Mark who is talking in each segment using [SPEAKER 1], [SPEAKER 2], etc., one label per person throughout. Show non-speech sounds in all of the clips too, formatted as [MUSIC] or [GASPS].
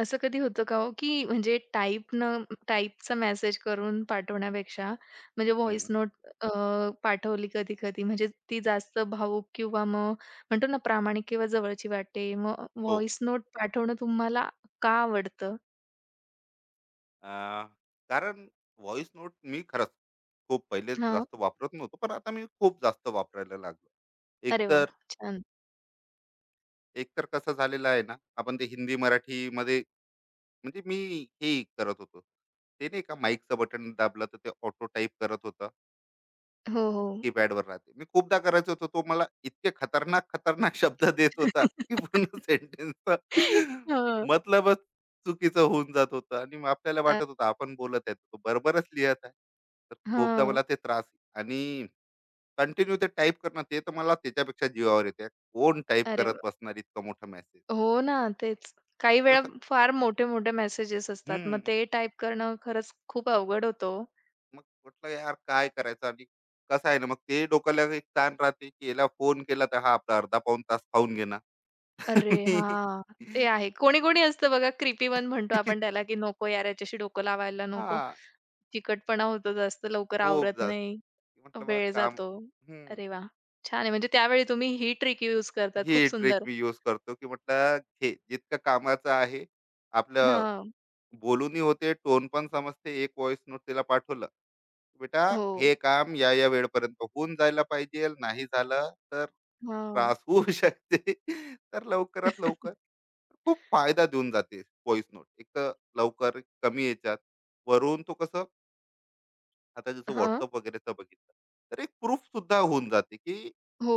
[SPEAKER 1] असं कधी होतं का हो, की म्हणजे टाइपचा मेसेज करून पाठवण्यापेक्षा म्हणजे व्हॉइस
[SPEAKER 2] हं,
[SPEAKER 1] नोट अ, पाठवली कधी-कधी म्हणजे ती जास्त भावुक किंवा मग म्हणतो ना प्रामाणिक किंवा जवळची वाटते. मग
[SPEAKER 2] हो.
[SPEAKER 1] व्हॉइस नोट पाठवणं तुम्हाला का आवडतं?
[SPEAKER 2] अ, कारण व्हॉइस नोट मी खरंच खूप पहिले
[SPEAKER 1] हां.
[SPEAKER 2] जास्त वापरत नव्हतो, पण आता मी खूप जास्त वापरायला लागलो.
[SPEAKER 1] अरे वाह!
[SPEAKER 2] एकतर
[SPEAKER 1] छान.
[SPEAKER 2] एकतर कसं झालेलं आहे ना, आपण ते हिंदी, मराठीमध्ये म्हणजे मी हे करत होतो. ते नाही का, माईकचं बटन दाबलं, तर ते ऑटो टाइप करत होतं.
[SPEAKER 1] हो, हो.
[SPEAKER 2] कीपॅडवर राहते. मी खूपदा करायचो होतो. तो मला इतके खतरनाक, खतरनाक [LAUGHS] शब्द देत होता, की पूर्ण
[SPEAKER 1] [LAUGHS]
[SPEAKER 2] सेंटन्सचा
[SPEAKER 1] हो.
[SPEAKER 2] मतलबच चुकीचं होऊन जात होतं, आणि मग आपल्याला
[SPEAKER 1] अ,
[SPEAKER 2] वाटत होतं आपण बोलत आहे, तो बरोबरच लिहत आहे. तर खूपदा
[SPEAKER 1] हां.
[SPEAKER 2] मला ते त्रास. आणि कंटिन्यू ते टाइप करणं, ते तर मला त्याच्यापेक्षा जीवावर येते. कोण टाइप
[SPEAKER 1] अरे
[SPEAKER 2] करत
[SPEAKER 1] वाह!
[SPEAKER 2] बसणार इतका मोठा मेसेज?
[SPEAKER 1] हो ना, तेच. काही वेळा
[SPEAKER 2] जसं
[SPEAKER 1] फार मोठे-मोठे मेसेजेस असतात. मग
[SPEAKER 2] हं.
[SPEAKER 1] ते टाइप करणं खरंच खूप अवघड होतं हो.
[SPEAKER 2] मग म्हटलं यार काय करायचं? आणि कसं आहे ना, मग ते डोक्याला एक ताण राहते, की याला फोन केला तर हा आपला अर्धा पाऊण तास खाऊन घेणार.
[SPEAKER 1] अरे
[SPEAKER 2] [LAUGHS]
[SPEAKER 1] हां, ते आहे. कोणी-कोणी असतं बघा क्रिपी पण म्हणतो आपण त्याला,
[SPEAKER 2] [LAUGHS]
[SPEAKER 1] की नको यार याच्याशी डोकं लावायला नको.
[SPEAKER 2] हां,
[SPEAKER 1] चिकटपणा होतो जास्त, लवकर
[SPEAKER 2] खूप
[SPEAKER 1] आवरत
[SPEAKER 2] जास्त.
[SPEAKER 1] नाही,
[SPEAKER 2] की म्हटलं बा
[SPEAKER 1] वेळ
[SPEAKER 2] काम.
[SPEAKER 1] जातो.
[SPEAKER 2] हं.
[SPEAKER 1] अरे वाह! छान आहे. म्हणजे त्यावेळी तुम्ही ही ट्रिक यूज करतात. खूप
[SPEAKER 2] ही ट्रिक
[SPEAKER 1] सुंदर.
[SPEAKER 2] मी यूज करतो, की म्हटलं हे जितकं कामाचं आहे, आपलं
[SPEAKER 1] हां.
[SPEAKER 2] बोलूनही होते, टोन पण समजते. एक व्हॉइस नोट तिला पाठवलं, "बेटा,
[SPEAKER 1] हो.
[SPEAKER 2] हे काम या, या वेळेपर्यंत होऊन जायला पाहिजे. नाही झालं तर
[SPEAKER 1] हां.
[SPEAKER 2] त्रास होऊ [LAUGHS] शकते. तर लवकरात लवकर." खूप फायदा देऊन जाते व्हॉइस नोट. एक तर लवकर, कमी याच्यात. वरून तो कसं, आता जसं
[SPEAKER 1] हां. [LAUGHS]
[SPEAKER 2] WhatsApp वगैरेचं बघितलं, तर एक प्रूफ सुद्धा होऊन जाते, की
[SPEAKER 1] हो.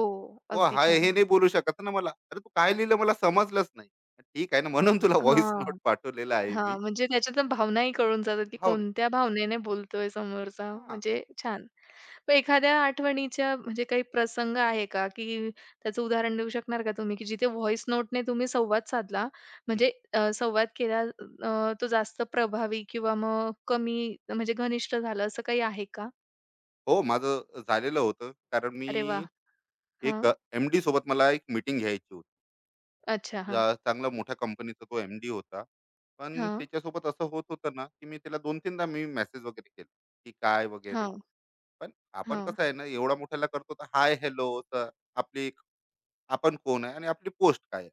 [SPEAKER 2] तो
[SPEAKER 1] अगदी
[SPEAKER 2] हाय
[SPEAKER 1] छान.
[SPEAKER 2] हे नाही बोलू शकत ना मला. "अरे, तू काय लिहिलं मला समजलंच नाही." "ठीक आहे ना, म्हणून तुला व्हॉइस
[SPEAKER 1] हां.
[SPEAKER 2] नोट पाठवलेला आहे मी."
[SPEAKER 1] हां. म्हणजे त्याच्यातून भावनाही कळून जातात, की
[SPEAKER 2] हो नाही.
[SPEAKER 1] कोणत्या भावनेने बोलतोय समोरचा.
[SPEAKER 2] हां.
[SPEAKER 1] म्हणजे छान. मग एखाद्या आठवणीच्या म्हणजे काही प्रसंग आहे का, की त्याचं उदाहरण देऊ शकणार का तुम्ही, की जिथे व्हॉइस नोटने तुम्ही संवाद साधला,
[SPEAKER 2] हं.
[SPEAKER 1] म्हणजे संवाद केला तो जास्त प्रभावी किंवा मग कमी म्हणजे घनिष्ठ झालं असं काही आहे का?
[SPEAKER 2] हो, माझं झालेलं होतं. कारण मी
[SPEAKER 1] अरे वाह! हां.
[SPEAKER 2] एक एम-डी सोबत मला एक मीटिंग घ्यायची होती.
[SPEAKER 1] अच्छा. हां.
[SPEAKER 2] चांगला मोठ्या कंपनीचा तो एम-डी होता. पण
[SPEAKER 1] हां.
[SPEAKER 2] त्याच्यासोबत असं होत होतं ना, की मी त्याला 2-3दा मेसेज वगैरे केला, की काय वगैरे.
[SPEAKER 1] हां.
[SPEAKER 2] पण आपण
[SPEAKER 1] हां.
[SPEAKER 2] कसं आहे ना, एवढा मोठ्याला करतो तर हाय, हॅलो, तर आपली आपण कोण आहे, आणि आपली पोस्ट काय आहे.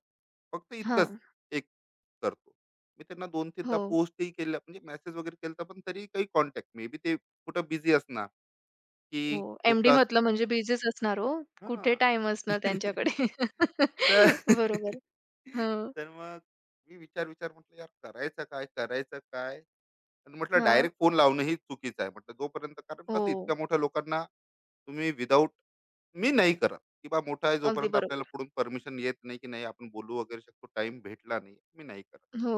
[SPEAKER 2] फक्त इतकंच
[SPEAKER 1] हां.
[SPEAKER 2] एक करतो. मी त्यांना 2-3दा
[SPEAKER 1] हो,
[SPEAKER 2] पोस्टही केलं, म्हणजे मेसेज वगैरे केलता, पण तरी काही कॉन्टॅक्ट, मे बी ते कुठं बिझी असणार, की
[SPEAKER 1] हो. एम
[SPEAKER 2] खूपदा
[SPEAKER 1] म्हटलं म्हणजे बिझीच असणार हो. कुठे
[SPEAKER 2] हां.
[SPEAKER 1] टाईम असणार
[SPEAKER 2] [LAUGHS]
[SPEAKER 1] त्यांच्याकडे.
[SPEAKER 2] तर
[SPEAKER 1] [LAUGHS] बरोबर.
[SPEAKER 2] [LAUGHS]
[SPEAKER 1] हं.
[SPEAKER 2] तर मग मी विचार-विचार म्हटलं यार, करायचं काय, करायचं काय? आणि म्हटलं
[SPEAKER 1] हां.
[SPEAKER 2] डायरेक्ट फोन लावणंही चुकीचं आहे. म्हटलं जोपर्यंत, कारण
[SPEAKER 1] हो.
[SPEAKER 2] कसं इतक्या मोठ्या लोकांना तुम्ही विथआऊट, मी नाही करत, की बा मोठा आहे,
[SPEAKER 1] अगदी
[SPEAKER 2] जोपर्यंत आपल्याला
[SPEAKER 1] बरोबर.
[SPEAKER 2] पुढून परमिशन येत नाही, की नाही आपण बोलू वगैरे शकतो, टाइम भेटला नाही, मी नाही करत.
[SPEAKER 1] हो.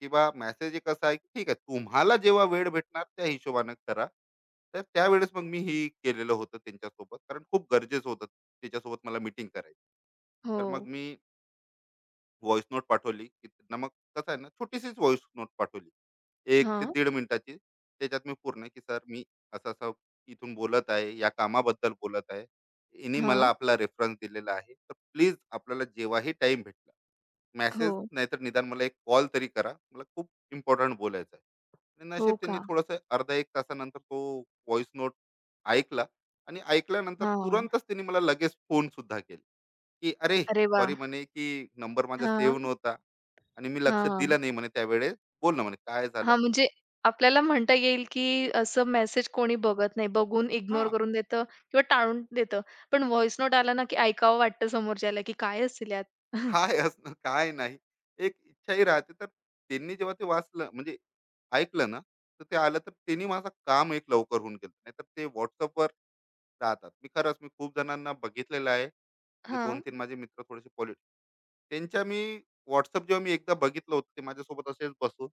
[SPEAKER 2] किंवा मेसेज एक असा आहे, की ठीक आहे, तुम्हाला जेव्हा वेळ भेटणार त्या हिशोबानं करा. तर त्यावेळेस मग मी हे केलेलं होतं त्यांच्यासोबत, कारण खूप गरजेचं होतं. त्याच्यासोबत मला मीटिंग करायची.
[SPEAKER 1] हो.
[SPEAKER 2] तर मग मी व्हॉइस नोट पाठवली की त्यांना, मग कसं आहे ना, छोटीशीच व्हॉइस नोट पाठवली. 1 ते
[SPEAKER 1] हां.
[SPEAKER 2] दीड मिनिटाची. त्याच्यात मी पूर्ण की सर मी असं-असं इथून बोलत आहे, या कामाबद्दल बोलत आहे. इनी मला
[SPEAKER 1] हां.
[SPEAKER 2] आपला रेफरन्स दिलेला आहे. तर प्लीज आपल्याला जेव्हाही टाइम भेटला,
[SPEAKER 1] हो.
[SPEAKER 2] मेसेज नाहीतर निदान मला एक कॉल तरी करा, मला खूप इम्पॉर्टंट बोलायचं आहे. आणि
[SPEAKER 1] हो
[SPEAKER 2] नशीब त्यांनी
[SPEAKER 1] का?
[SPEAKER 2] थोडंसं अर्धा एक तासानंतर तो व्हॉइस नोट ऐकला, आणि ऐकल्यानंतर
[SPEAKER 1] हां.
[SPEAKER 2] तुरंतच त्यांनी मला लगेच फोन सुद्धा केला, की अरे
[SPEAKER 1] अरे
[SPEAKER 2] सॉरी,
[SPEAKER 1] वाह!
[SPEAKER 2] म्हणे की नंबर माझा
[SPEAKER 1] हां,
[SPEAKER 2] सेव्ह नव्हता, आणि मी लक्ष
[SPEAKER 1] हां.
[SPEAKER 2] दिलं नाही म्हणे त्यावेळेस. बोल ना, म्हणे, काय झालं?
[SPEAKER 1] हां, म्हणजे आपल्याला म्हणता येईल, की असं मेसेज कोणी बघत नाही. बघून
[SPEAKER 2] हा.
[SPEAKER 1] इग्नोर करून देतं किंवा टाळून देतं. पण व्हॉइस नोट आला ना, की ऐकावं वाटतं समोरच्याला, की काय असेल यात?
[SPEAKER 2] काय असणं काय नाही, एक इच्छाही राहते. तर त्यांनी जेव्हा ते वाचलं, म्हणजे ऐकलं ना, तर ते आलं, तर त्यांनी माझं काम एक लवकर होऊन गेलं. नाही तर ते व्हॉट्सअपवर राहतात. मी खरंच, मी खूप जणांना बघितलेलं आहे, जे
[SPEAKER 1] हां.
[SPEAKER 2] दोन तीन माझे मित्र थोडेसे पॉलिटिक्स. त्यांच्या मी व्हॉट्सअप जेव्हा मी एकदा बघितलं होतं, ते माझ्यासोबत असेच बसून,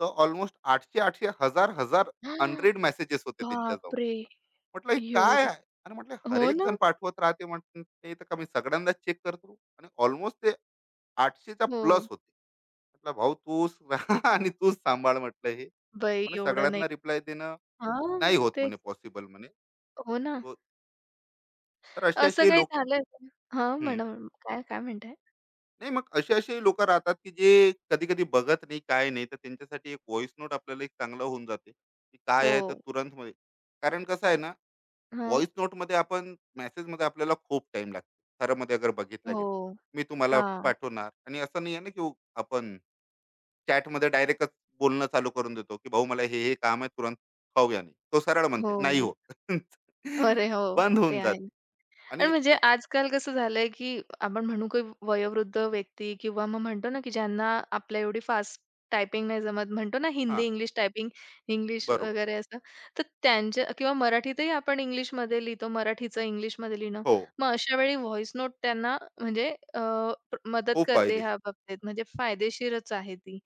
[SPEAKER 2] तर ऑलमोस्ट आठशे आठशे हजार हजार
[SPEAKER 1] [GASPS]
[SPEAKER 2] हंड्रेड मेसेजेस होते त्यांच्या.
[SPEAKER 1] बापरे!
[SPEAKER 2] म्हटलं हे काय आहे?
[SPEAKER 1] एवढं
[SPEAKER 2] आणि म्हटलं
[SPEAKER 1] हो
[SPEAKER 2] हरेक जण
[SPEAKER 1] ना.
[SPEAKER 2] पाठवत राहते म्हटलं, ते तर का मी सगळ्यांदा चेक करतो, आणि ऑलमोस्ट ते आठशेचा
[SPEAKER 1] हो.
[SPEAKER 2] प्लस होते. म्हटलं भाऊ, तूच राहा [LAUGHS] आणि तूच सांभाळ, म्हटलं हे.
[SPEAKER 1] बाई
[SPEAKER 2] म्हणे
[SPEAKER 1] एवढं नाही.
[SPEAKER 2] सगळ्यांना रिप्लाय देणं
[SPEAKER 1] हां,
[SPEAKER 2] नाही होत,
[SPEAKER 1] तेच.
[SPEAKER 2] म्हणे पॉसिबल म्हणे.
[SPEAKER 1] हो ना.
[SPEAKER 2] तो- तर असे
[SPEAKER 1] असं
[SPEAKER 2] असे
[SPEAKER 1] काही
[SPEAKER 2] लोक.
[SPEAKER 1] झालंय का? हां,
[SPEAKER 2] हम्म.
[SPEAKER 1] म्हणा काय, काय म्हणताय?
[SPEAKER 2] नाही, मग असे असे लोक राहतात की जे कधी कधी बघत नाही, काय नाही, तर त्यांच्यासाठी एक व्हॉइस नोट आपल्याला एक चांगलं होऊन जाते, की काय आहे तर
[SPEAKER 1] हो.
[SPEAKER 2] तुरंत मध्ये. कारण कसं आहे ना,
[SPEAKER 1] हां.
[SPEAKER 2] व्हॉइस नोटमध्ये, आपण मेसेजमध्ये आपल्याला खूप टाईम लागतो. खरंमध्ये अगर बघितलं
[SPEAKER 1] हो.
[SPEAKER 2] गेलं. मी तुम्हाला
[SPEAKER 1] हां.
[SPEAKER 2] पाठवणार, आणि असं नाही आहे ना, की आपण चॅटमध्ये डायरेक्टच बोलणं चालू करून देतो, की भाऊ मला हे, हे काम आहे तुरंत, खाऊया नाही. तो सरळ म्हणते, "नाही
[SPEAKER 1] हो.
[SPEAKER 2] होत."
[SPEAKER 1] अरे
[SPEAKER 2] [LAUGHS]
[SPEAKER 1] हो,
[SPEAKER 2] बंद
[SPEAKER 1] ते
[SPEAKER 2] होऊन
[SPEAKER 1] आहे.
[SPEAKER 2] जाते.
[SPEAKER 1] आणि
[SPEAKER 2] आणि
[SPEAKER 1] म्हणजे
[SPEAKER 2] न.
[SPEAKER 1] आजकाल कसं झालंय, की आपण म्हणू की वयोवृद्ध व्यक्ती किंवा मग म्हणतो ना, की ज्यांना आपल्या एवढी फास्ट टायपिंग नाही जमत, म्हणतो ना हिंदी,
[SPEAKER 2] हां,
[SPEAKER 1] इंग्लिश टायपिंग, इंग्लिश
[SPEAKER 2] बरोबर.
[SPEAKER 1] वगैरे असं. तर त्यांच्या किंवा मराठीतही आपण इंग्लिशमध्ये लिहितो, मराठीचं इंग्लिशमध्ये लिहिणं.
[SPEAKER 2] हो,
[SPEAKER 1] मग अशा वेळी व्हॉइस नोट त्यांना म्हणजे मदत
[SPEAKER 2] खूप
[SPEAKER 1] करते ह्या
[SPEAKER 2] फायदेशीर.
[SPEAKER 1] बाबतीत, म्हणजे फायदेशीरच आहे ती.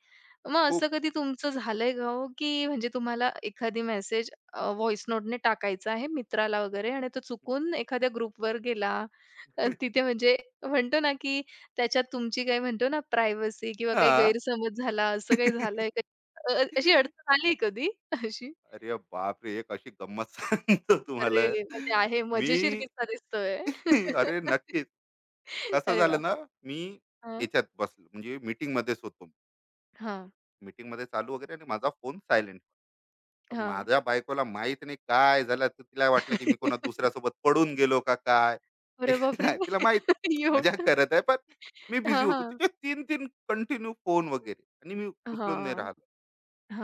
[SPEAKER 1] मग
[SPEAKER 2] खूप.
[SPEAKER 1] असं कधी तुमचं झालंय का हो, की म्हणजे तुम्हाला एखादी मेसेज व्हॉइस नोटने टाकायचा आहे मित्राला वगैरे आणि तो चुकून एखाद्या ग्रुपवर गेला.
[SPEAKER 2] [LAUGHS]
[SPEAKER 1] तिथे म्हणजे म्हणतो ना, की त्याच्यात तुमची काही म्हणतो ना प्रायव्हसी किंवा काही
[SPEAKER 2] हां.
[SPEAKER 1] गैरसमज झाला, असं काही झालंय
[SPEAKER 2] [LAUGHS]
[SPEAKER 1] का? अ, अ, अशी अडचण आली कधी अशी?
[SPEAKER 2] अरे बापरे! एक अशी गंमत सांगतो तुम्हाला.
[SPEAKER 1] अरे! म्हणजे आहे
[SPEAKER 2] मी
[SPEAKER 1] मजेशीर किस्सा दिसतोय.
[SPEAKER 2] [LAUGHS] अरे
[SPEAKER 1] [LAUGHS]
[SPEAKER 2] नक्कीच. कसं
[SPEAKER 1] अरे वाह!
[SPEAKER 2] झालं ना, मी
[SPEAKER 1] हां,
[SPEAKER 2] याच्यात बसलो म्हणजे मीटिंग मध्येच होतो,
[SPEAKER 1] हां,
[SPEAKER 2] मीटिंग मध्ये चालू वगैरे, आणि माझा फोन सायलेंट. तर
[SPEAKER 1] हां.
[SPEAKER 2] माझ्या बायकोला माहित नाही काय झालं, तर तिला वाटलं की मी कोणा
[SPEAKER 1] [LAUGHS]
[SPEAKER 2] दुसऱ्यासोबत पडून गेलो का काय [LAUGHS] की
[SPEAKER 1] अरे बापरे!
[SPEAKER 2] काय तिला माहित,
[SPEAKER 1] [LAUGHS]
[SPEAKER 2] मजा
[SPEAKER 1] एवढं?
[SPEAKER 2] करत आहे. पण मी बिझी
[SPEAKER 1] हां,
[SPEAKER 2] होतो,
[SPEAKER 1] हां.
[SPEAKER 2] तिचे तीन तीन कंटिन्यू फोन वगैरे, आणि मी
[SPEAKER 1] हां,
[SPEAKER 2] उचलून नाही
[SPEAKER 1] हां,
[SPEAKER 2] राहिलो.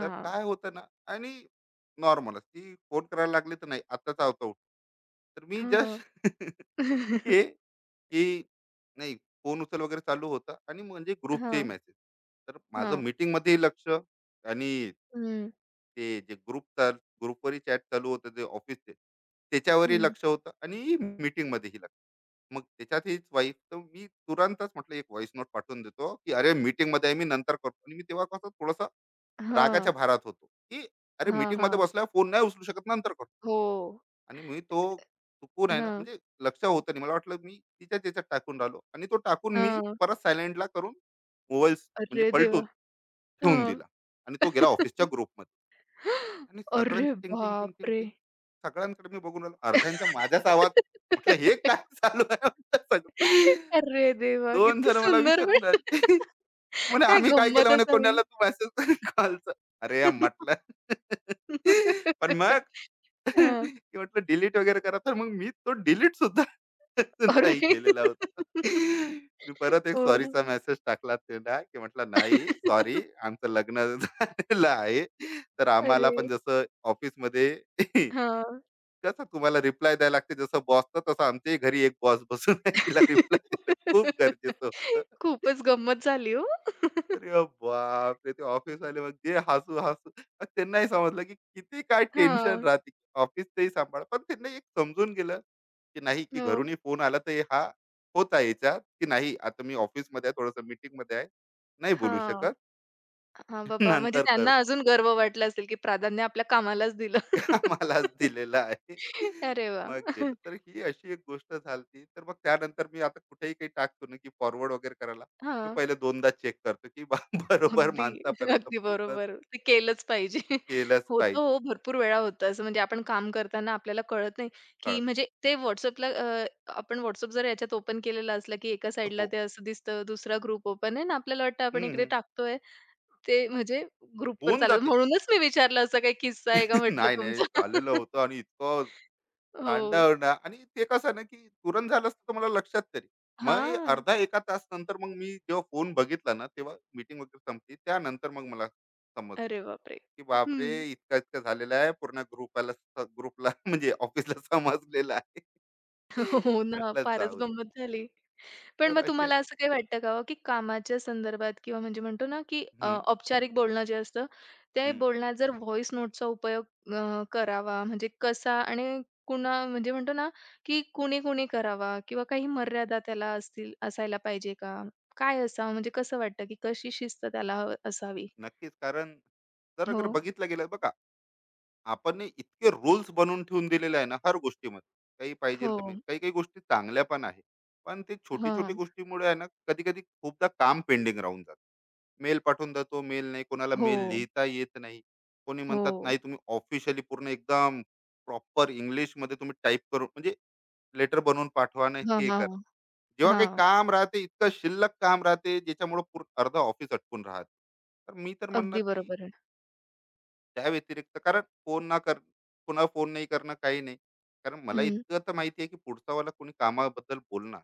[SPEAKER 2] तर काय होतं ना, आणि नॉर्मलच ती फोन करायला लागली, तर नाही आताच आवतो, तर मी
[SPEAKER 1] हां,
[SPEAKER 2] जस्ट [LAUGHS] हे की, नाही, फोन उचल वगैरे चालू होता, आणि म्हणजे ग्रुपचेही मेसेज, तर माझं
[SPEAKER 1] हां. [LAUGHS]
[SPEAKER 2] मीटिंग मध्ये लक्ष, आणि
[SPEAKER 1] हं,
[SPEAKER 2] ते जे ग्रुप चाल ग्रुपवरही चॅट चालू होतं, जे ऑफिसचे, त्याच्यावरही
[SPEAKER 1] हं.
[SPEAKER 2] लक्ष होतं, आणि meeting मध्येही लक्ष. मग त्याच्यात हीच वाईफ, तर मी तुरंतच म्हटलं एक व्हॉइस नोट पाठवून देतो, की अरे मीटिंग मध्ये आहे मी, नंतर करतो. आणि मी तेव्हा कसं थोडासा
[SPEAKER 1] हां,
[SPEAKER 2] रागाच्या भारात होतो, की अरे,
[SPEAKER 1] हां,
[SPEAKER 2] मीटिंग मध्ये
[SPEAKER 1] हां.
[SPEAKER 2] बसला, फोन नाही उचलू शकत, नंतर करतो.
[SPEAKER 1] हो.
[SPEAKER 2] आणि मी तो चुकून आहे ना,
[SPEAKER 1] हां,
[SPEAKER 2] म्हणजे लक्ष होतं नाही, मला वाटलं मी तिच्या त्याच्यात टाकून राहिलो. आणि तो टाकून मी
[SPEAKER 1] हां.
[SPEAKER 2] परत सायलेंटला करून मोबाईल म्हणजे
[SPEAKER 1] अरे देवा!
[SPEAKER 2] पलटून ठेवून
[SPEAKER 1] हां.
[SPEAKER 2] दिला. आणि तो गेला ऑफिसच्या
[SPEAKER 1] [LAUGHS]
[SPEAKER 2] ग्रुप, आणि
[SPEAKER 1] अरे
[SPEAKER 2] सगळ्यांची टिंग टिंग टिंग टिंग
[SPEAKER 1] बापरे!
[SPEAKER 2] टिंग, सगळ्यांकडे मी बघून राहिलो, अर्ध्यांच्या माझ्याच आवाज. म्हटलं हे
[SPEAKER 1] [LAUGHS]
[SPEAKER 2] काय चालू आहे, म्हटलं सगळं.
[SPEAKER 1] अरे देवा!
[SPEAKER 2] दोन
[SPEAKER 1] किती
[SPEAKER 2] जण मला
[SPEAKER 1] सुंदर पण
[SPEAKER 2] विचारून राहिले,
[SPEAKER 1] [LAUGHS]
[SPEAKER 2] म्हणे
[SPEAKER 1] काय
[SPEAKER 2] आम्ही काय केलं,
[SPEAKER 1] गंमत
[SPEAKER 2] म्हणे
[SPEAKER 1] असावी.
[SPEAKER 2] कोणाला तू मेसेज कॉलचा. अरे या म्हटलं
[SPEAKER 1] [LAUGHS]
[SPEAKER 2] [LAUGHS] पण मग
[SPEAKER 1] हां.
[SPEAKER 2] [LAUGHS] की म्हटलं डिलीट वगैरे करा, तर मग मी तो डिलीट सुद्धा [LAUGHS]
[SPEAKER 1] अरे!
[SPEAKER 2] नाही केलेला होता.
[SPEAKER 1] [LAUGHS]
[SPEAKER 2] मी परत एक
[SPEAKER 1] हो ना.
[SPEAKER 2] सॉरीचा मेसेज टाकला त्याला, की म्हटलं, "नाही, सॉरी,
[SPEAKER 1] [LAUGHS]
[SPEAKER 2] आमचं लग्न [LAUGHS] झालेलं आहे. तर आम्हाला
[SPEAKER 1] अरे!
[SPEAKER 2] पण जसं ऑफिसमध्ये [LAUGHS]
[SPEAKER 1] हां.
[SPEAKER 2] कसं तुम्हाला रिप्लाय द्यायला लागते जसं बॉसचा, तसं आमच्याही घरी एक बॉस बसून आहे, तिला रिप्लाय देणं खूप गरजेचं
[SPEAKER 1] [LAUGHS]
[SPEAKER 2] होतं."
[SPEAKER 1] खूपच गंमत झाली हो. [LAUGHS]
[SPEAKER 2] अरे बापरे! ते ऑफिसवाले मग जे हसू-हसू, मग त्यांनाही समजलं, की किती काय टेन्शन
[SPEAKER 1] हां.
[SPEAKER 2] राहते. ऑफिसचंही सांभाळा. पण त्यांना एक समजून गेलं, की नाही, की
[SPEAKER 1] हो.
[SPEAKER 2] घरूनही फोन आला तर हा होता याच्यात, की नाही, आता मी ऑफिसमध्ये आहे, थोडंसं मीटिंगमध्ये आहे. नाही बोलू
[SPEAKER 1] हां.
[SPEAKER 2] शकत.
[SPEAKER 1] हां,
[SPEAKER 2] [LAUGHS]
[SPEAKER 1] बाबा म्हणजे
[SPEAKER 2] नंतर
[SPEAKER 1] त्यांना
[SPEAKER 2] करतो.
[SPEAKER 1] अजून गर्व वाटला असेल, की प्राधान्य आपल्या कामालाच दिलं.
[SPEAKER 2] [LAUGHS] मलाच
[SPEAKER 1] [LAUGHS]
[SPEAKER 2] दिलेला आहे.
[SPEAKER 1] अरे वा
[SPEAKER 2] मग गेलं.
[SPEAKER 1] [LAUGHS]
[SPEAKER 2] तर ही अशी एक गोष्ट झाली. तर मग त्यानंतर मी आता कुठेही काही टाकतो ना, की फॉरवर्ड वगैरे करायला, मी
[SPEAKER 1] हां.
[SPEAKER 2] पहिले 2दा चेक करतो, की [LAUGHS] बरोबर
[SPEAKER 1] अगदी,
[SPEAKER 2] माणसापर्यंत
[SPEAKER 1] अगदी
[SPEAKER 2] पोहोचत.
[SPEAKER 1] बरोबर. ते केलंच पाहिजे. [LAUGHS]
[SPEAKER 2] केलंच
[SPEAKER 1] होतं
[SPEAKER 2] पाहिजे.
[SPEAKER 1] हो, भरपूर वेळा होतं असं म्हणजे आपण काम करताना आपल्याला कळत नाही, की
[SPEAKER 2] कळत
[SPEAKER 1] म्हणजे ते WhatsAppला आपण WhatsApp जर याच्यात ओपन केलेलं असलं, की एका साइडला
[SPEAKER 2] हो.
[SPEAKER 1] ते असं दिसतं, दुसरा ग्रुप ओपन आहे आणि आपल्याला वाटतं आपण
[SPEAKER 2] हम्म,
[SPEAKER 1] इकडे
[SPEAKER 2] हम्म.
[SPEAKER 1] टाकतोय. ते म्हणजे ग्रुपवर
[SPEAKER 2] होऊन
[SPEAKER 1] चाललं
[SPEAKER 2] जाते.
[SPEAKER 1] म्हणूनच मी विचारलं असा काही किस्सा आहे का
[SPEAKER 2] [LAUGHS]
[SPEAKER 1] म्हटलं
[SPEAKER 2] नाही नाही
[SPEAKER 1] तुमचा?
[SPEAKER 2] झालेलं
[SPEAKER 1] [LAUGHS]
[SPEAKER 2] होतं, आणि इतकं
[SPEAKER 1] हो.
[SPEAKER 2] तांडव ना, आणि ते कसं ना, की तुरंत झालं असतं तर मला लक्षात तरी. मग
[SPEAKER 1] हां.
[SPEAKER 2] अर्धा एका तास नंतर, मग मी जेव्हा फोन बघितला ना, तेव्हा मीटिंग वगैरे संपली, त्यानंतर मग मला समजलं,
[SPEAKER 1] अरे बापरे!
[SPEAKER 2] की
[SPEAKER 1] हं.
[SPEAKER 2] बापरे, इतका इतका झालेला आहे, पूर्ण ग्रुपाला, ग्रुपला [LAUGHS] म्हणजे ऑफिसला समजलेला आहे.
[SPEAKER 1] [LAUGHS] हो ना,
[SPEAKER 2] म्हटलं
[SPEAKER 1] फारच
[SPEAKER 2] जाऊ दे.
[SPEAKER 1] गंमत झाली. पण
[SPEAKER 2] तर
[SPEAKER 1] मग
[SPEAKER 2] असे.
[SPEAKER 1] तुम्हाला असं काही वाटतं का हो, की कामाच्या संदर्भात किंवा म्हणजे म्हणतो ना, की
[SPEAKER 2] हम्म,
[SPEAKER 1] औपचारिक बोलणं जे असतं, ते
[SPEAKER 2] हम्म.
[SPEAKER 1] बोलण्यात जर व्हॉइस नोटचा उपयोग करावा म्हणजे कसा आणि कुणा म्हणजे म्हणतो ना, की कुणी-कुणी करावा किंवा काही मर्यादा त्याला असतील असायला पाहिजे का? काय असावं म्हणजे कसं वाटतं, की कशी शिस्त त्याला असावी?
[SPEAKER 2] नक्कीच, कारण जर
[SPEAKER 1] हो,
[SPEAKER 2] अगर बघितलं गेलं बघा, आपण हे इतके रूल्स बनवून ठेवून दिलेले आहे ना हर गोष्टीमध्ये. काही पाहिजे तर
[SPEAKER 1] हो.
[SPEAKER 2] मिळेल, काही काही गोष्टी चांगल्या पण आहे. पण ते छोटी छोटी
[SPEAKER 1] हां.
[SPEAKER 2] गोष्टीमुळे आहे ना, कधी कधी खूपदा काम पेंडिंग राहून जात. मेल पाठवून जातो, मेल नाही, कोणाला
[SPEAKER 1] हो,
[SPEAKER 2] मेल लिहिता येत नाही, कोणी म्हणतात
[SPEAKER 1] हो.
[SPEAKER 2] नाही तुम्ही ऑफिशियली पूर्ण एकदम प्रॉपर इंग्लिश मध्ये तुम्ही टाईप करून, म्हणजे लेटर बनवून पाठवा, नाही
[SPEAKER 1] हां,
[SPEAKER 2] हे
[SPEAKER 1] हां,
[SPEAKER 2] करा. जेव्हा काही
[SPEAKER 1] हां.
[SPEAKER 2] काम राहते, इतकं शिल्लक काम राहते ज्याच्यामुळे पूर्ण अर्धा ऑफिस अटकून राहते. तर मी तर म्हणणार
[SPEAKER 1] अगदी
[SPEAKER 2] की
[SPEAKER 1] बरोबर आहे.
[SPEAKER 2] त्या व्यतिरिक्त, कारण फोन ना कर, कोणाला फोन नाही करणं काही नाही. कारण मला
[SPEAKER 1] हं.
[SPEAKER 2] इतकं तर माहिती आहे की पुढचा वाला कोणी कामाबद्दल बोलणार,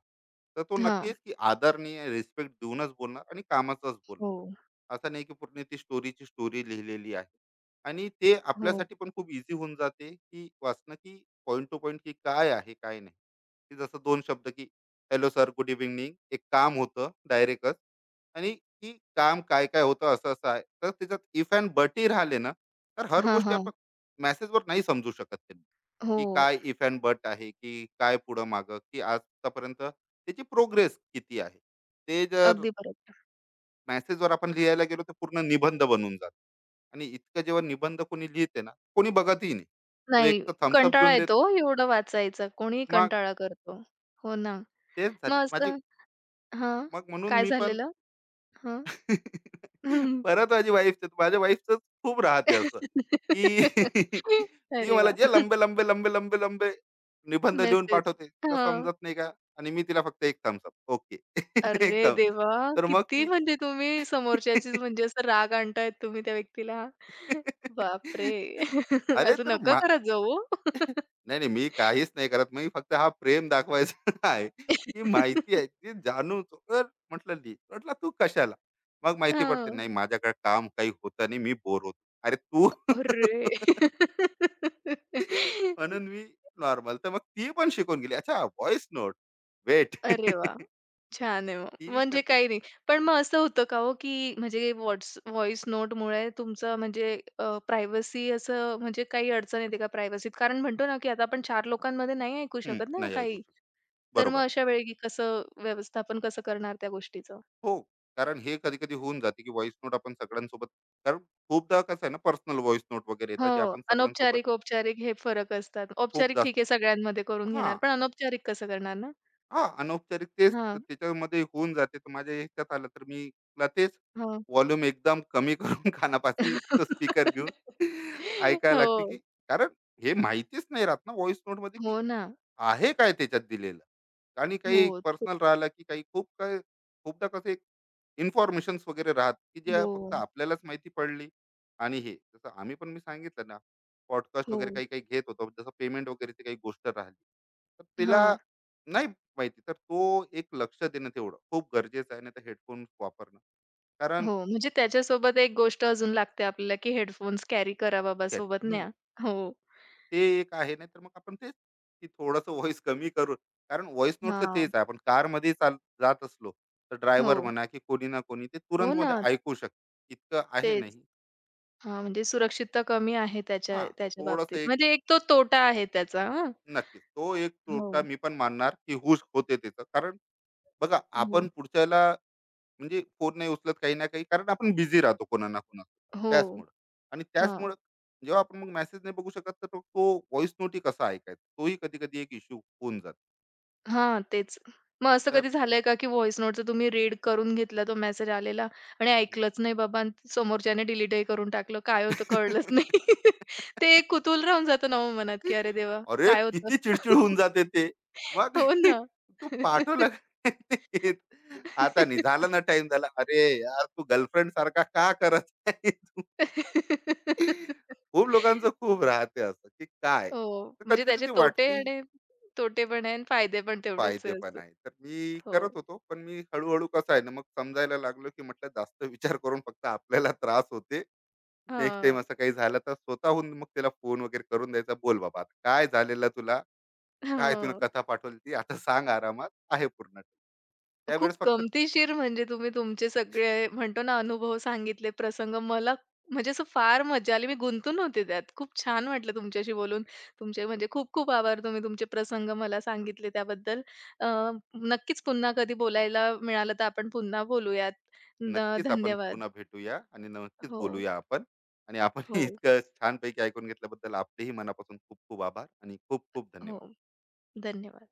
[SPEAKER 2] तर तो
[SPEAKER 1] हां.
[SPEAKER 2] नक्कीच, की आदरणीय रिस्पेक्ट देऊनच बोलणार, आणि कामाचाच
[SPEAKER 1] हो,
[SPEAKER 2] बोलणार. असं नाही की पूर्ण ती स्टोरीची स्टोरी लिहिलेली आहे. आणि ते
[SPEAKER 1] हो.
[SPEAKER 2] आपल्यासाठी पण खूप इझी होऊन जाते की वाचणं, की पॉईंट टू पॉईंट, की काय आहे काय नाही. की जसं दोन शब्द की हॅलो सर, गुड इव्हिनिंग, एक काम होतं, डायरेक्टच, आणि की काम काय काय होतं असं असं आहे. तर त्याच्यात इफ अँड बटी राहिले ना, तर हर
[SPEAKER 1] हां,
[SPEAKER 2] गोष्टी
[SPEAKER 1] हां.
[SPEAKER 2] आपण मेसेजवर नाही समजू शकत, त्यांनी
[SPEAKER 1] हो.
[SPEAKER 2] की काय इफ अँड बट आहे, की काय पुढं मागं, की आजपर्यंत त्याची प्रोग्रेस किती आहे. ते जर
[SPEAKER 1] अगदी बरोबर.
[SPEAKER 2] मेसेजवर आपण लिहायला गेलो तर पूर्ण निबंध बनून जातो. आणि इतकं जेव्हा निबंध कोणी लिहिते ना, कोणी बघतही नाही. तो एक
[SPEAKER 1] नाही,
[SPEAKER 2] तर थम्सअप
[SPEAKER 1] कंटाळा
[SPEAKER 2] देऊन
[SPEAKER 1] येतो
[SPEAKER 2] देते.
[SPEAKER 1] हो एवढं वाचायचा. कोणीही
[SPEAKER 2] मग
[SPEAKER 1] कंटाळा करतो. हो ना.
[SPEAKER 2] तेच झाली
[SPEAKER 1] मग
[SPEAKER 2] माझी.
[SPEAKER 1] असं हां.
[SPEAKER 2] मग म्हणून
[SPEAKER 1] काय
[SPEAKER 2] मी पण
[SPEAKER 1] झालेलं? हं.
[SPEAKER 2] [LAUGHS] परत माझी वाईफ, माझ्या वाईफच खूप राहते असं, की
[SPEAKER 1] [LAUGHS]
[SPEAKER 2] [LAUGHS] ती
[SPEAKER 1] अरे
[SPEAKER 2] मला जे
[SPEAKER 1] वाह!
[SPEAKER 2] लंबे लंबे लंबे लंबे लंबे निबंध लिहून
[SPEAKER 1] मेसेज.
[SPEAKER 2] पाठवते, तुला
[SPEAKER 1] हां.
[SPEAKER 2] समजत नाही का? आणि मी तिला फक्त एक थम्सअप, ओके [LAUGHS] एक
[SPEAKER 1] अरे
[SPEAKER 2] थम.
[SPEAKER 1] देवा!
[SPEAKER 2] तर मग
[SPEAKER 1] किती
[SPEAKER 2] ती
[SPEAKER 1] म्हणजे तुम्ही समोरच्याचीच
[SPEAKER 2] [LAUGHS]
[SPEAKER 1] म्हणजे असं राग आणतायत तुम्ही त्या व्यक्तीला. बापरे! [LAUGHS]
[SPEAKER 2] अरे
[SPEAKER 1] असं
[SPEAKER 2] तर
[SPEAKER 1] नका करत जाऊ
[SPEAKER 2] नाही, नाही. मी काहीच नाही करत. मी फक्त हा प्रेम दाखवायचा [LAUGHS] आहे, की माहिती
[SPEAKER 1] [LAUGHS]
[SPEAKER 2] आहे. ती जाणून. तर म्हटलं, "ली." म्हटलं, "तू कशाला?" मग माहिती पडते,
[SPEAKER 1] हां.
[SPEAKER 2] "नाही, माझ्याकडे काम काही होतं नाही. मी बोर होतो." "अरे तू"
[SPEAKER 1] अरे!
[SPEAKER 2] [LAUGHS]
[SPEAKER 1] [LAUGHS]
[SPEAKER 2] म्हणून मी नॉर्मल. तर मग ती पण शिकून गेली. अच्छा, व्हॉईस नोट. वेट.
[SPEAKER 1] अरे वाह!
[SPEAKER 2] [LAUGHS]
[SPEAKER 1] छान आहे मग.
[SPEAKER 2] ती
[SPEAKER 1] म्हणजे
[SPEAKER 2] करते.
[SPEAKER 1] काही नाही. पण मग असं होतं का हो, की म्हणजे व्हॉईस नोटमुळे तुमचं म्हणजे प्रायव्हसी असं म्हणजे काही अडचण येते का प्रायव्हसीत? कारण म्हणतो ना, की आता आपण 4 लोकांमध्ये नाही ऐकू
[SPEAKER 2] हं,
[SPEAKER 1] शकत ना
[SPEAKER 2] नाही ऐकू
[SPEAKER 1] काही.
[SPEAKER 2] शकत.
[SPEAKER 1] तर मग
[SPEAKER 2] बरोबर आहे.
[SPEAKER 1] अशा वेळी की कसं व्यवस्थापन कसं करणार त्या गोष्टीचं?
[SPEAKER 2] हो, कारण हे कधी-कधी होऊन जाते, की व्हॉईस नोट आपण सगळ्यांसोबत, कारण खूपदा कसं आहे ना, पर्सनल व्हॉईस नोट वगैरे
[SPEAKER 1] हो,
[SPEAKER 2] येतात, जे आपण सगळ्यांसोबत.
[SPEAKER 1] अनौपचारिक, औपचारिक हे फरक असतात.
[SPEAKER 2] खूप
[SPEAKER 1] औपचारिक
[SPEAKER 2] जास्त.
[SPEAKER 1] ठीक आहे सगळ्यांमध्ये करून घेणार,
[SPEAKER 2] हां.
[SPEAKER 1] पण अनौपचारिक कसं करणार ना?
[SPEAKER 2] हां, अनौपचारिक तेच तर
[SPEAKER 1] हां,
[SPEAKER 2] त्याच्यामध्ये होऊन जाते. तर माझ्या ह्याच्यात आलं तर मी ला तेच
[SPEAKER 1] हां.
[SPEAKER 2] व्हॉल्यूम एकदम कमी करून [LAUGHS] कानापाशी तो स्पीकर घेऊन
[SPEAKER 1] [LAUGHS]
[SPEAKER 2] ऐकायला लागते, की
[SPEAKER 1] हो.
[SPEAKER 2] कारण हे माहितीच नाही राहत ना व्हॉईस नोटमध्ये, की
[SPEAKER 1] हो ना.
[SPEAKER 2] आहे काय त्याच्यात दिलेलं. आणि
[SPEAKER 1] हो.
[SPEAKER 2] काही
[SPEAKER 1] ते
[SPEAKER 2] पर्सनल राहिलं, की काही खूप काही. खूपदा कसं, एक इन्फॉर्मेशन वगैरे राहत की ज्या
[SPEAKER 1] हो,
[SPEAKER 2] फक्त आपल्यालाच माहिती पडली. आणि हे जसं आम्ही पण मी सांगितलं ना, पॉडकास्ट
[SPEAKER 1] हो.
[SPEAKER 2] वगैरे काही काही घेत होतो, जसं पेमेंट वगैरेची काही गोष्ट राहिली, तर तिला
[SPEAKER 1] हां.
[SPEAKER 2] नाही माहिती, तर तो एक लक्ष देणं तेवढं खूप गरजेचं आहे, नाही तर हेडफोन वापरणं. कारण
[SPEAKER 1] हो, म्हणजे त्याच्यासोबत एक गोष्ट अजून लागते आपल्याला, की हेडफोन्स कॅरी करा बाबा
[SPEAKER 2] तरी
[SPEAKER 1] सोबत
[SPEAKER 2] हम्म,
[SPEAKER 1] न्या. हो.
[SPEAKER 2] ते एक आहे, नाही तर मग आपण तेच, की थोडंसं व्हॉइस कमी करू. कारण व्हॉइस नोटचं
[SPEAKER 1] हां.
[SPEAKER 2] तेच आहे, आपण कारमध्ये चाल, जात असलो, तर
[SPEAKER 1] हो.
[SPEAKER 2] ड्रायव्हर म्हणा की कोणी ना कोणी ते
[SPEAKER 1] हो
[SPEAKER 2] तुरंत मध्ये
[SPEAKER 1] ना,
[SPEAKER 2] ऐकू शकते, इतकं आहे
[SPEAKER 1] तेच.
[SPEAKER 2] नाही.
[SPEAKER 1] हां, म्हणजे सुरक्षितता कमी आहे त्याच्या
[SPEAKER 2] हा.
[SPEAKER 1] त्याच्या
[SPEAKER 2] थोडंसं
[SPEAKER 1] बाबतीत.
[SPEAKER 2] एक.
[SPEAKER 1] म्हणजे एक तो तोटा आहे त्याचा हां.
[SPEAKER 2] नक्कीच. तो एक तोटा
[SPEAKER 1] हो,
[SPEAKER 2] मी पण मानणार की हुश होते त्याचं. कारण बघा,
[SPEAKER 1] हो,
[SPEAKER 2] आपण पुढच्याला, म्हणजे फोन नाही उचलत, काही ना काही कारण आपण बिझी राहतो कोणा ना कोणा
[SPEAKER 1] हो.
[SPEAKER 2] त्याचमुळं. आणि
[SPEAKER 1] हां.
[SPEAKER 2] त्याचमुळं जेव्हा आपण मग मेसेज नाही बघू शकत, तर तो व्हॉइस नोटही कसा ऐकायचा? तोही कधी-कधी एक इश्यू होऊन जातो.
[SPEAKER 1] हां, तेच. मग असं
[SPEAKER 2] तर
[SPEAKER 1] कधी झालंय का, की व्हॉइस नोटचं तुम्ही रीड करून घेतला तो मेसेज आलेला आणि ऐकलंच नाही बाबा आणि समोरच्याने डिलीटही करून टाकलं. काय होतं कळलंच नाही. [LAUGHS]
[SPEAKER 2] [LAUGHS]
[SPEAKER 1] ते एक कुतूहल राहून जातं ना हो मनात, की "अरे देवा!
[SPEAKER 2] अरे
[SPEAKER 1] काय होतं?"
[SPEAKER 2] किती चिडचिड होऊन
[SPEAKER 1] [LAUGHS]
[SPEAKER 2] जाते ते. मग
[SPEAKER 1] हो ना.
[SPEAKER 2] [LAUGHS] तू पाठवला का नाही? आता नाही
[SPEAKER 1] [LAUGHS]
[SPEAKER 2] झाला ना, टाईम झाला. अरे यार, तू गर्लफ्रेंड सारखा का करत आहे? खूप लोकांचं खूप राहते असं, की काय,
[SPEAKER 1] हो,
[SPEAKER 2] तर
[SPEAKER 1] म्हणजे
[SPEAKER 2] कधी कधी
[SPEAKER 1] त्याचे
[SPEAKER 2] ते
[SPEAKER 1] तोटे
[SPEAKER 2] वाटते.
[SPEAKER 1] आणि तोटे पण आहे आणि फायदे पण तेवढेच आहे
[SPEAKER 2] फायदे पण
[SPEAKER 1] असं.
[SPEAKER 2] आहे, तर मी
[SPEAKER 1] हो.
[SPEAKER 2] करत होतो, पण मी हळूहळू कसं आहे ना, मग समजायला लागलो, की म्हटलं जास्त विचार करून फक्त आपल्याला त्रास होते. नेक्स्ट
[SPEAKER 1] हां.
[SPEAKER 2] टाइम असं काही झालं तर स्वतःहून मग त्याला फोन वगैरे करून द्यायचा, बोल बाबा आता काय झालेलं तुला, काय तुला
[SPEAKER 1] हो.
[SPEAKER 2] कथा पाठवली, ती आता सांग आरामात, आहे पूर्ण,
[SPEAKER 1] खूप
[SPEAKER 2] त्यावेळेस फक्त.
[SPEAKER 1] गमतीशीर म्हणजे तुम्ही तुमचे सगळे म्हणतो ना अनुभव सांगितले, प्रसंग. मला म्हणजे असं फार मजा आली. मी गुंतून होते त्यात. खूप छान वाटलं तुमच्याशी बोलून. तुमचे म्हणजे खूप खूप आभार. तुम्ही तुमचे प्रसंग मला सांगितले त्याबद्दल. अ, नक्कीच पुन्हा कधी बोलायला मिळालं तर आपण पुन्हा बोलूयात.
[SPEAKER 2] नक्कीच आपण
[SPEAKER 1] धन्यवाद.
[SPEAKER 2] पुन्हा भेटूया, आणि नक्कीच
[SPEAKER 1] हो,
[SPEAKER 2] बोलूया आपण. आणि आपण
[SPEAKER 1] हो,
[SPEAKER 2] हे इतकं छानपैकी ऐकून घेतल्याबद्दल, आपलेही मनापासून खूप खूप आभार, आणि खूप खूप
[SPEAKER 1] हो.
[SPEAKER 2] धन्यवाद.
[SPEAKER 1] धन्यवाद.